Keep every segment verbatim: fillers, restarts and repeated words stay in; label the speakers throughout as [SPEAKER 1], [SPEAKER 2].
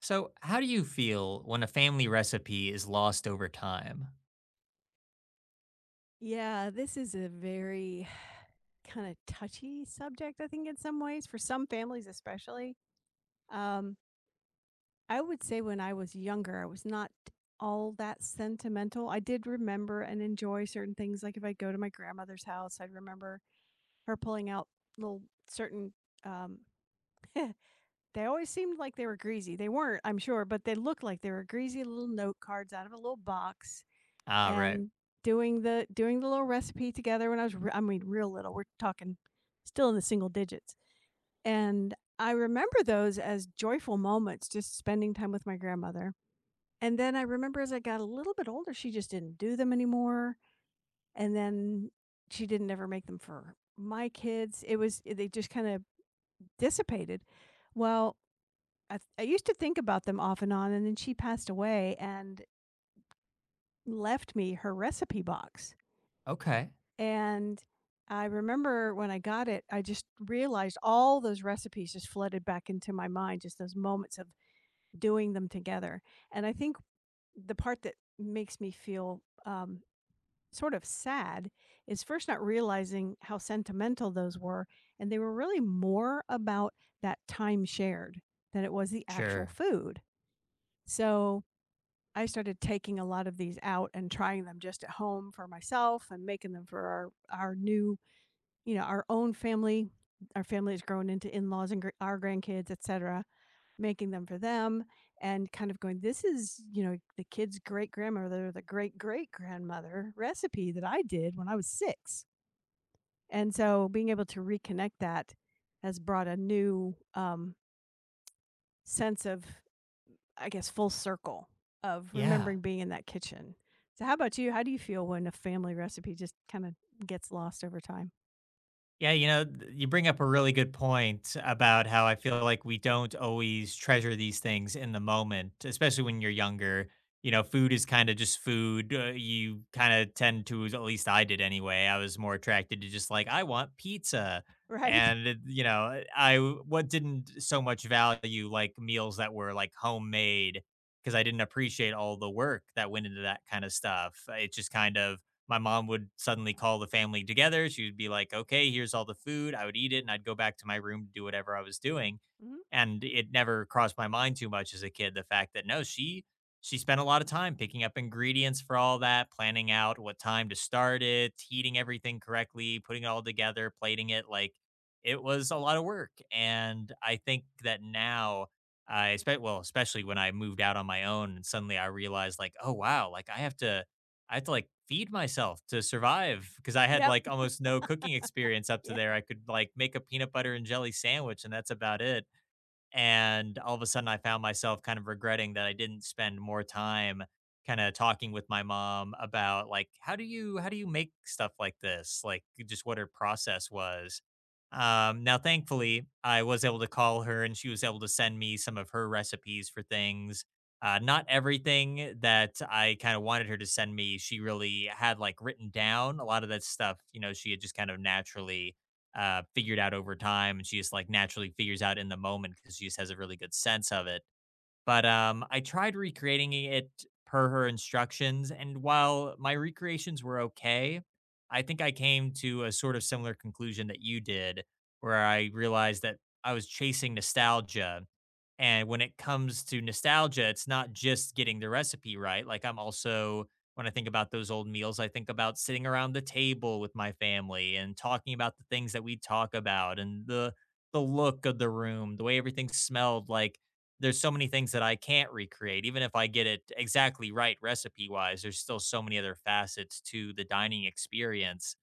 [SPEAKER 1] So, how do you feel when a family recipe is lost over time?
[SPEAKER 2] Yeah, this is a very kind of touchy subject, I think, in some ways, for some families especially. Um, I would say when I was younger, I was not all that sentimental. I did remember and enjoy certain things. Like if I go to my grandmother's house, I'd remember her pulling out little certain, um, they always seemed like they were greasy. They weren't, I'm sure, but they looked like they were greasy little note cards out of a little box
[SPEAKER 1] Ah, right.
[SPEAKER 2] and doing the doing the little recipe together when I was re- I mean real little. We're talking still in the single digits. And I remember those as joyful moments just spending time with my grandmother. And then I remember as I got a little bit older she just didn't do them anymore and then she didn't ever make them for my kids. It was they just kind of dissipated. Well, I, th- I used to think about them off and on and then she passed away and left me her recipe box.
[SPEAKER 1] Okay.
[SPEAKER 2] And I remember when I got it, I just realized all those recipes just flooded back into my mind, just those moments of doing them together. And I think the part that makes me feel um, sort of sad is first not realizing how sentimental those were. And they were really more about that time shared than it was the actual
[SPEAKER 1] Sure.
[SPEAKER 2] food. So I started taking a lot of these out and trying them just at home for myself and making them for our, our new, you know, our own family. Our family has grown into in-laws and gr- our grandkids, et cetera, making them for them and kind of going, this is, you know, the kid's great grandmother, the great great grandmother recipe that I did when I was six. And so being able to reconnect that has brought a new, um, sense of, I guess, full circle of
[SPEAKER 1] Yeah.
[SPEAKER 2] remembering being in that kitchen. So how about you? How do you feel when a family recipe just kind of gets lost over time?
[SPEAKER 1] Yeah, you know, th- you bring up a really good point about how I feel like we don't always treasure these things in the moment, especially when you're younger. You know, food is kind of just food. Uh, you kind of tend to, at least I did anyway. I was more attracted to just like, I want pizza.
[SPEAKER 2] Right.
[SPEAKER 1] And, it- you know, I w- what didn't so much value like meals that were like homemade because I didn't appreciate all the work that went into that kind of stuff. It just kind of, my mom would suddenly call the family together. She would be like, okay, here's all the food. I would eat it and I'd go back to my room to do whatever I was doing.
[SPEAKER 2] Mhm.
[SPEAKER 1] And it never crossed my mind too much as a kid the fact that no, she she spent a lot of time picking up ingredients for all that, planning out what time to start it, heating everything correctly, putting it all together, plating it. Like it was a lot of work. And I think that now I expect, well, especially when I moved out on my own and suddenly I realized like, oh wow, like I have to I had to like feed myself to survive because I had
[SPEAKER 2] Yep.
[SPEAKER 1] like almost no cooking experience up to
[SPEAKER 2] Yeah.
[SPEAKER 1] there. I could like make a peanut butter and jelly sandwich, and that's about it. And all of a sudden, I found myself kind of regretting that I didn't spend more time kind of talking with my mom about like how do you how do you make stuff like this, like just what her process was. Um now thankfully I was able to call her and she was able to send me some of her recipes for things. Uh, not everything that I kind of wanted her to send me, she really had like written down a lot of that stuff. You know, she had just kind of naturally uh, figured out over time, and she just like naturally figures out in the moment because she just has a really good sense of it. But um, I tried recreating it per her instructions, and while my recreations were okay, I think I came to a sort of similar conclusion that you did, where I realized that I was chasing nostalgia. And when it comes to nostalgia, it's not just getting the recipe right. Like, I'm also, when I think about those old meals, I think about sitting around the table with my family and talking about the things that we talk about and the, the look of the room, the way everything smelled, like there's so many things that I can't recreate. Even if I get it exactly right recipe wise, there's still so many other facets to the dining experience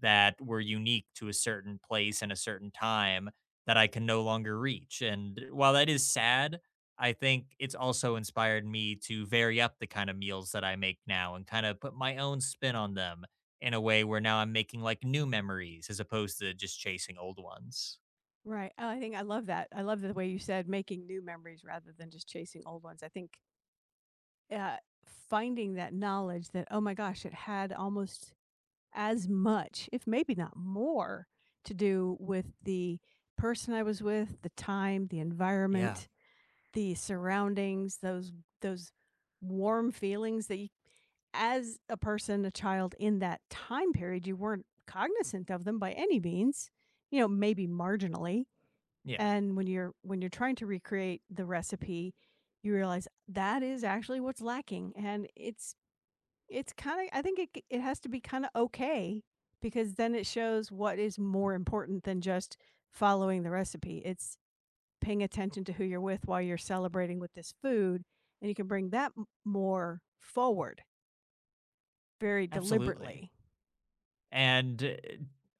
[SPEAKER 1] that were unique to a certain place and a certain time that I can no longer reach. And while that is sad, I think it's also inspired me to vary up the kind of meals that I make now and kind of put my own spin on them in a way where now I'm making like new memories as opposed to just chasing old ones.
[SPEAKER 2] Right. Oh, I think I love that. I love the way you said making new memories rather than just chasing old ones. I think uh, finding that knowledge that, oh my gosh, it had almost as much, if maybe not more, to do with the person I was with, the time, the
[SPEAKER 1] Yeah.
[SPEAKER 2] environment, the surroundings, those those warm feelings that you, as a person, a child in that time period, you weren't cognizant of them by any means, you know, maybe marginally.
[SPEAKER 1] Yeah.
[SPEAKER 2] And when you're when you're trying to recreate the recipe, you realize that is actually what's lacking. And it's it's kinda, I think it it has to be kinda okay, because then it shows what is more important than just following the recipe. It's paying attention to who you're with while you're celebrating with this food, and you can bring that m more forward very
[SPEAKER 1] Absolutely.
[SPEAKER 2] deliberately.
[SPEAKER 1] And uh,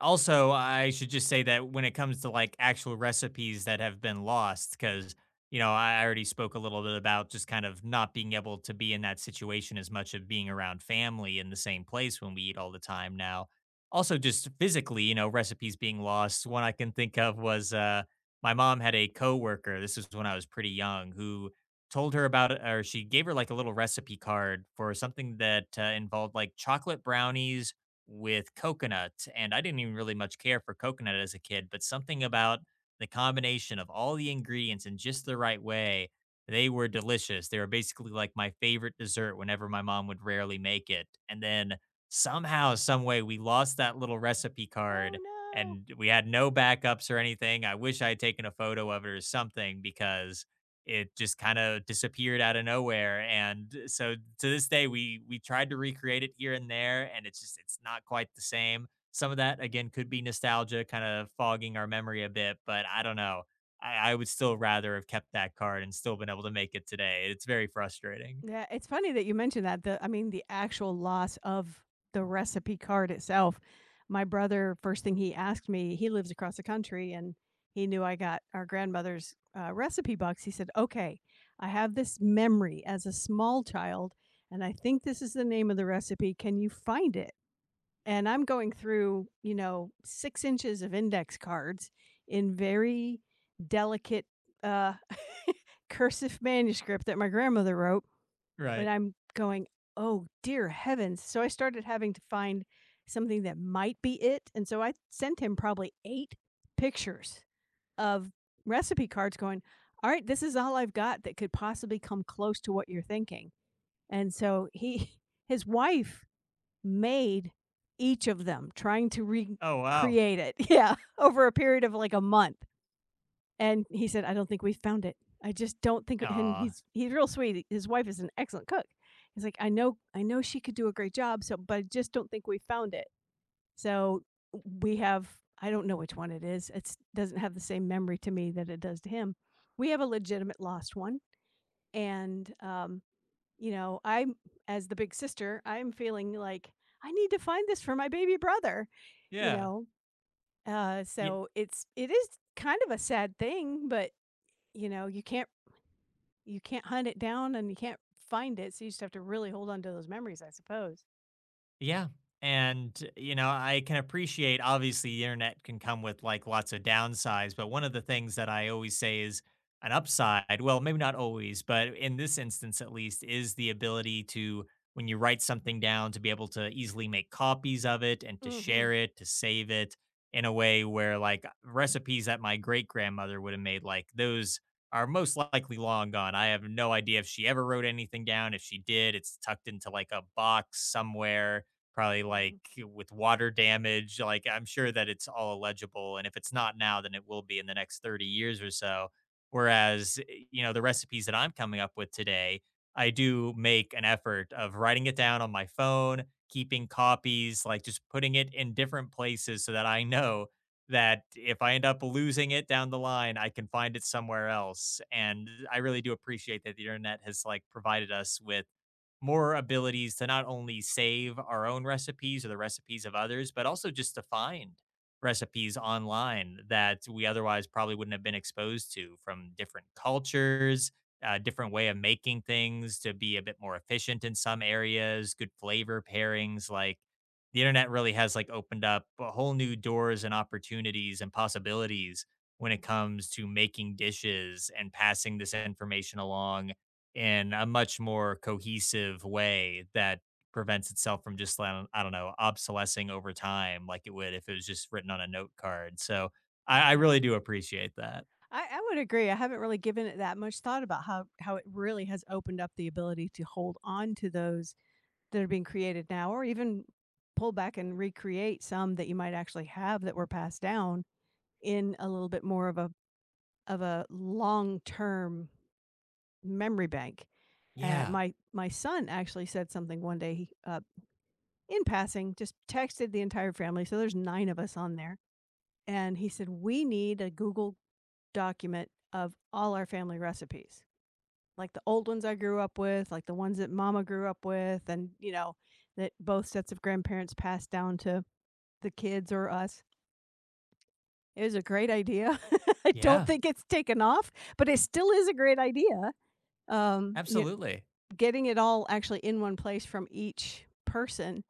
[SPEAKER 1] also, I should just say that when it comes to like actual recipes that have been lost, because, you know, I already spoke a little bit about just kind of not being able to be in that situation as much of being around family in the same place when we eat all the time now. Also, just physically, you know, recipes being lost. One I can think of was uh, my mom had a coworker. This was when I was pretty young, who told her about it, or she gave her like a little recipe card for something that uh, involved like chocolate brownies with coconut, and I didn't even really much care for coconut as a kid, but something about the combination of all the ingredients in just the right way, they were delicious. They were basically like my favorite dessert whenever my mom would rarely make it. And then somehow, some way, we lost that little recipe
[SPEAKER 2] "Oh,
[SPEAKER 1] card,
[SPEAKER 2] no."
[SPEAKER 1] and we had no backups or anything. I wish I had taken a photo of it or something because it just kind of disappeared out of nowhere. And so to this day, we we tried to recreate it here and there, and it's just it's not quite the same. Some of that again could be nostalgia kind of fogging our memory a bit, but I don't know, i, I would still rather have kept that card and still been able to make it today. It's very frustrating.
[SPEAKER 2] Yeah, it's funny that you mentioned that. The I mean, the actual loss of the recipe card itself. My brother, first thing he asked me, he lives across the country and he knew I got our grandmother's uh, recipe box. He said, okay, I have this memory as a small child, and I think this is the name of the recipe. Can you find it? And I'm going through, you know, six inches of index cards in very delicate, uh, cursive manuscript that my grandmother wrote, and
[SPEAKER 1] Right.
[SPEAKER 2] I'm going, "Oh, dear heavens." So I started having to find something that might be it, and so I sent him probably eight pictures of recipe cards going, "All right, this is all I've got that could possibly come close to what you're thinking." And so he his wife made each of them, trying to
[SPEAKER 1] Oh, wow.
[SPEAKER 2] recreate it. Yeah, over a period of, like, a month. And he said, "I don't think we've found it. I just don't think" and
[SPEAKER 1] Aw.
[SPEAKER 2] he's he's real sweet. His wife is an excellent cook. He's like, "I know I know she could do a great job, so but I just don't think we found it." So, we have, I don't know which one it is. It's it does not have the same memory to me that it does to him. We have a legitimate lost one, and, um, you know, I'm, as the big sister, I'm feeling like, "I need to find this for my baby brother," you
[SPEAKER 1] Yeah,
[SPEAKER 2] know? Uh,
[SPEAKER 1] yeah.
[SPEAKER 2] so it's it is kind of a sad thing, but you know, you can't you can't hunt it down and you can't find it, so you just have to really hold on to those memories, I suppose.
[SPEAKER 1] Yeah. And, you know, I can appreciate obviously the internet can come with like lots of downsides, but one of the things that I always say is an upside, well, maybe not always, but in this instance at least, is the ability to, when you write something down, to be able to easily make copies of it and to
[SPEAKER 2] Mhm,
[SPEAKER 1] share it, to save it in a way where like recipes that my great grandmother would have made, like those are most likely long gone. I have no idea if she ever wrote anything down. If she did, it's tucked into like a box somewhere. Probably like
[SPEAKER 2] mhm,
[SPEAKER 1] with water damage, like I'm sure that it's all illegible, and if it's not now, then it will be in the next thirty years or so. Whereas, eh, you know, the recipes that I'm coming up with today, I do make an effort of writing it down on my phone, keeping copies, like just putting it in different places so that I know that if I end up losing it down the line, I can find it somewhere else. And I really do appreciate that the internet has like provided us with more abilities to not only save our own recipes or the recipes of others, but also just to find recipes online that we otherwise probably wouldn't have been exposed to from different cultures, a different way of making things to be a bit more efficient in some areas, good flavor pairings. Like the internet really has like opened up a whole new doors and opportunities and possibilities when it comes to making dishes and passing this information along in a much more cohesive way that prevents itself from just lan- I don't know, obsolescing over time like it would if it was just written on a note card. So I, I
[SPEAKER 2] yeah.
[SPEAKER 1] really do appreciate that.
[SPEAKER 2] I I would agree, I haven't really given it that much thought about how how it really has opened up the ability to hold on to those that are being created now, or even pull back and recreate some that you might actually have that were passed down in a little bit more of a of a long-term memory bank. Uh,
[SPEAKER 1] Yeah,
[SPEAKER 2] my my son actually said something one day, uh, in passing, just texted the entire family. So there's nine of us on there, and he said we need a Google document of all our family recipes, like the old ones I grew up with, like the ones that Mama grew up with, and you know that both sets of grandparents passed down to the kids or us. It was a great idea. I don't
[SPEAKER 1] yeah,
[SPEAKER 2] think it's taken off, but it still is a great idea. Um, you know,
[SPEAKER 1] absolutely.
[SPEAKER 2] getting it all actually in one place from each person,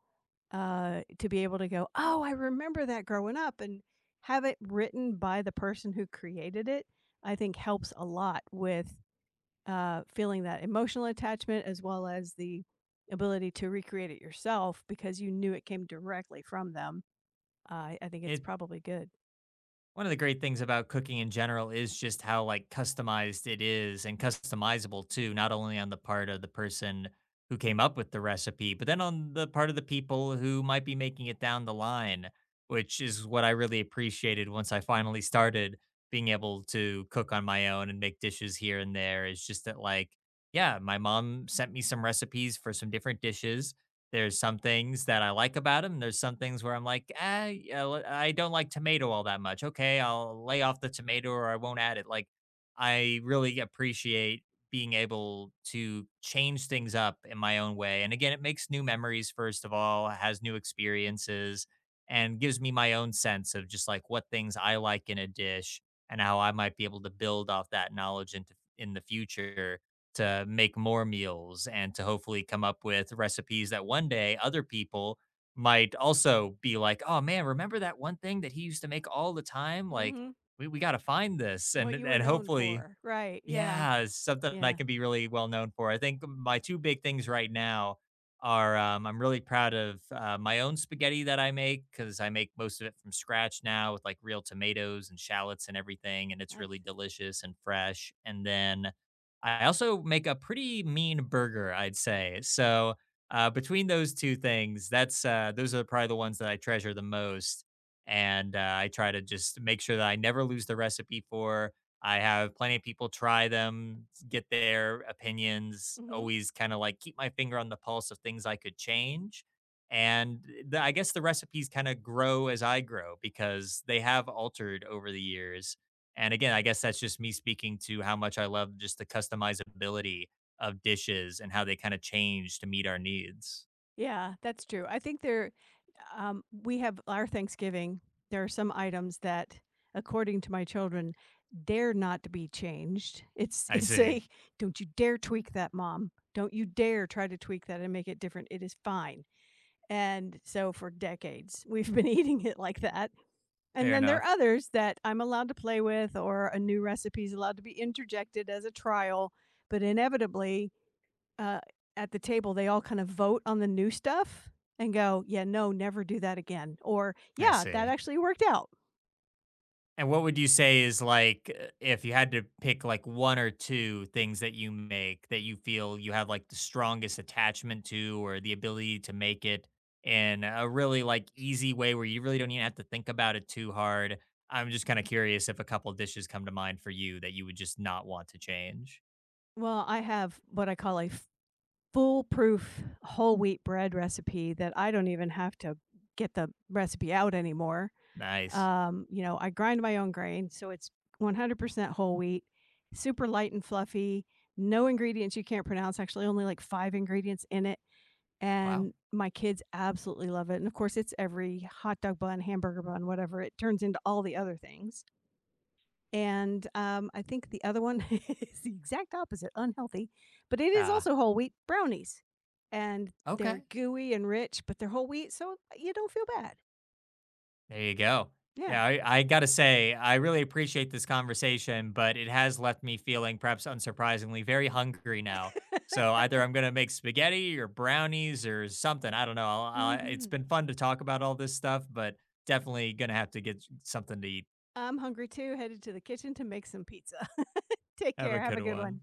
[SPEAKER 2] uh, to be able to go, oh, I remember that growing up, and have it written by the person who created it, I think helps a lot with, uh, feeling that emotional attachment as well as the ability to recreate it yourself because you knew it came directly from them. Uh, I I think it's
[SPEAKER 1] It
[SPEAKER 2] probably good.
[SPEAKER 1] One of the great things about cooking in general is just how, like, customized it is and customizable too, not only on the part of the person who came up with the recipe, but then on the part of the people who might be making it down the line, which is what I really appreciated once I finally started being able to cook on my own and make dishes here and there. Is just that, like, yeah, my mom sent me some recipes for some different dishes. There's some things that I like about him. There's some things where I'm like, ah, I I don't like tomato all that much. Okay, I'll lay off the tomato or I won't add it. Like, I really appreciate being able to change things up in my own way. And again, it makes new memories, first of all, has new experiences, and gives me my own sense of just like what things I like in a dish and how I might be able to build off that knowledge into in the future to make more meals and to hopefully come up with recipes that one day other people might also be like, "Oh man, remember that one thing that he used to make all the time? Like,
[SPEAKER 2] Mhm.
[SPEAKER 1] we we got to find this." And
[SPEAKER 2] What you were
[SPEAKER 1] and
[SPEAKER 2] known
[SPEAKER 1] hopefully,
[SPEAKER 2] for, right, yeah,
[SPEAKER 1] yeah, it's something I
[SPEAKER 2] yeah,
[SPEAKER 1] can be really well known for. I think my two big things right now are, um, I'm really proud of, uh, my own spaghetti that I make because I make most of it from scratch now with, like, real tomatoes and shallots and everything, and it's really
[SPEAKER 2] nice.
[SPEAKER 1] delicious and fresh, and then I also make a pretty mean burger, I'd say. So, uh, between those two things, that's, uh those are probably the ones that I treasure the most, and, uh, I try to just make sure that I never lose the recipe for I have plenty of people try them, get their opinions,
[SPEAKER 2] Mhm.
[SPEAKER 1] always kind of like keep my finger on the pulse of things I could change. And the, I guess the recipes kind of grow as I grow because they have altered over the years. And again, I guess that's just me speaking to how much I love just the customizability of dishes and how they kind of change to meet our needs.
[SPEAKER 2] Yeah, that's true. I think there um, We have our Thanksgiving, there are some items that, according to my children, dare not to be changed. It's
[SPEAKER 1] I
[SPEAKER 2] it's
[SPEAKER 1] see.
[SPEAKER 2] a, "Don't you dare tweak that, mom. Don't you dare try to tweak that and make it different, it is fine." And so for decades, we've been eating it like that. And
[SPEAKER 1] Fair
[SPEAKER 2] then there are
[SPEAKER 1] enough.
[SPEAKER 2] others that I'm allowed to play with, or a new recipe is allowed to be interjected as a trial. But inevitably, uh, at the table, they all kind of vote on the new stuff and go, yeah, no, never do that again. Or,
[SPEAKER 1] I
[SPEAKER 2] yeah, that
[SPEAKER 1] see.
[SPEAKER 2] actually worked out.
[SPEAKER 1] And what would you say is like, uh, if you had to pick like one or two things that you make that you feel you have like the strongest attachment to or the ability to make it in a really like easy way where you really don't even have to think about it too hard? I'm just kind of curious if a couple dishes come to mind for you that you would just not want to change.
[SPEAKER 2] Well, I have what I call a foolproof whole wheat bread recipe that I don't even have to get the recipe out anymore.
[SPEAKER 1] Nice.
[SPEAKER 2] Um, you know, I grind my own grain, so it's one hundred percent whole wheat, super light and fluffy, no ingredients you can't pronounce, actually only like five ingredients in it,
[SPEAKER 1] Wow.
[SPEAKER 2] and my kids absolutely love it, and of course, it's every hot dog bun, hamburger bun, whatever, it turns into all the other things, and, um, I think the other one is the exact opposite, unhealthy, but it is
[SPEAKER 1] Ah,
[SPEAKER 2] also whole wheat brownies, and they're
[SPEAKER 1] okay.
[SPEAKER 2] gooey and rich, but they're whole wheat, so you don't feel bad.
[SPEAKER 1] There you go.
[SPEAKER 2] Yeah.
[SPEAKER 1] Yeah, I, I gotta say, I really appreciate this conversation, but it has left me feeling, perhaps unsurprisingly, very hungry now. So either I'm gonna make spaghetti or brownies or something. I don't know. I'll, I It's
[SPEAKER 2] Mhm.
[SPEAKER 1] been fun to talk about all this stuff, but definitely gonna have to get something to eat.
[SPEAKER 2] I'm hungry too, headed to the kitchen to make some pizza. Take
[SPEAKER 1] Have a
[SPEAKER 2] care. Have
[SPEAKER 1] good
[SPEAKER 2] a good
[SPEAKER 1] one.
[SPEAKER 2] one.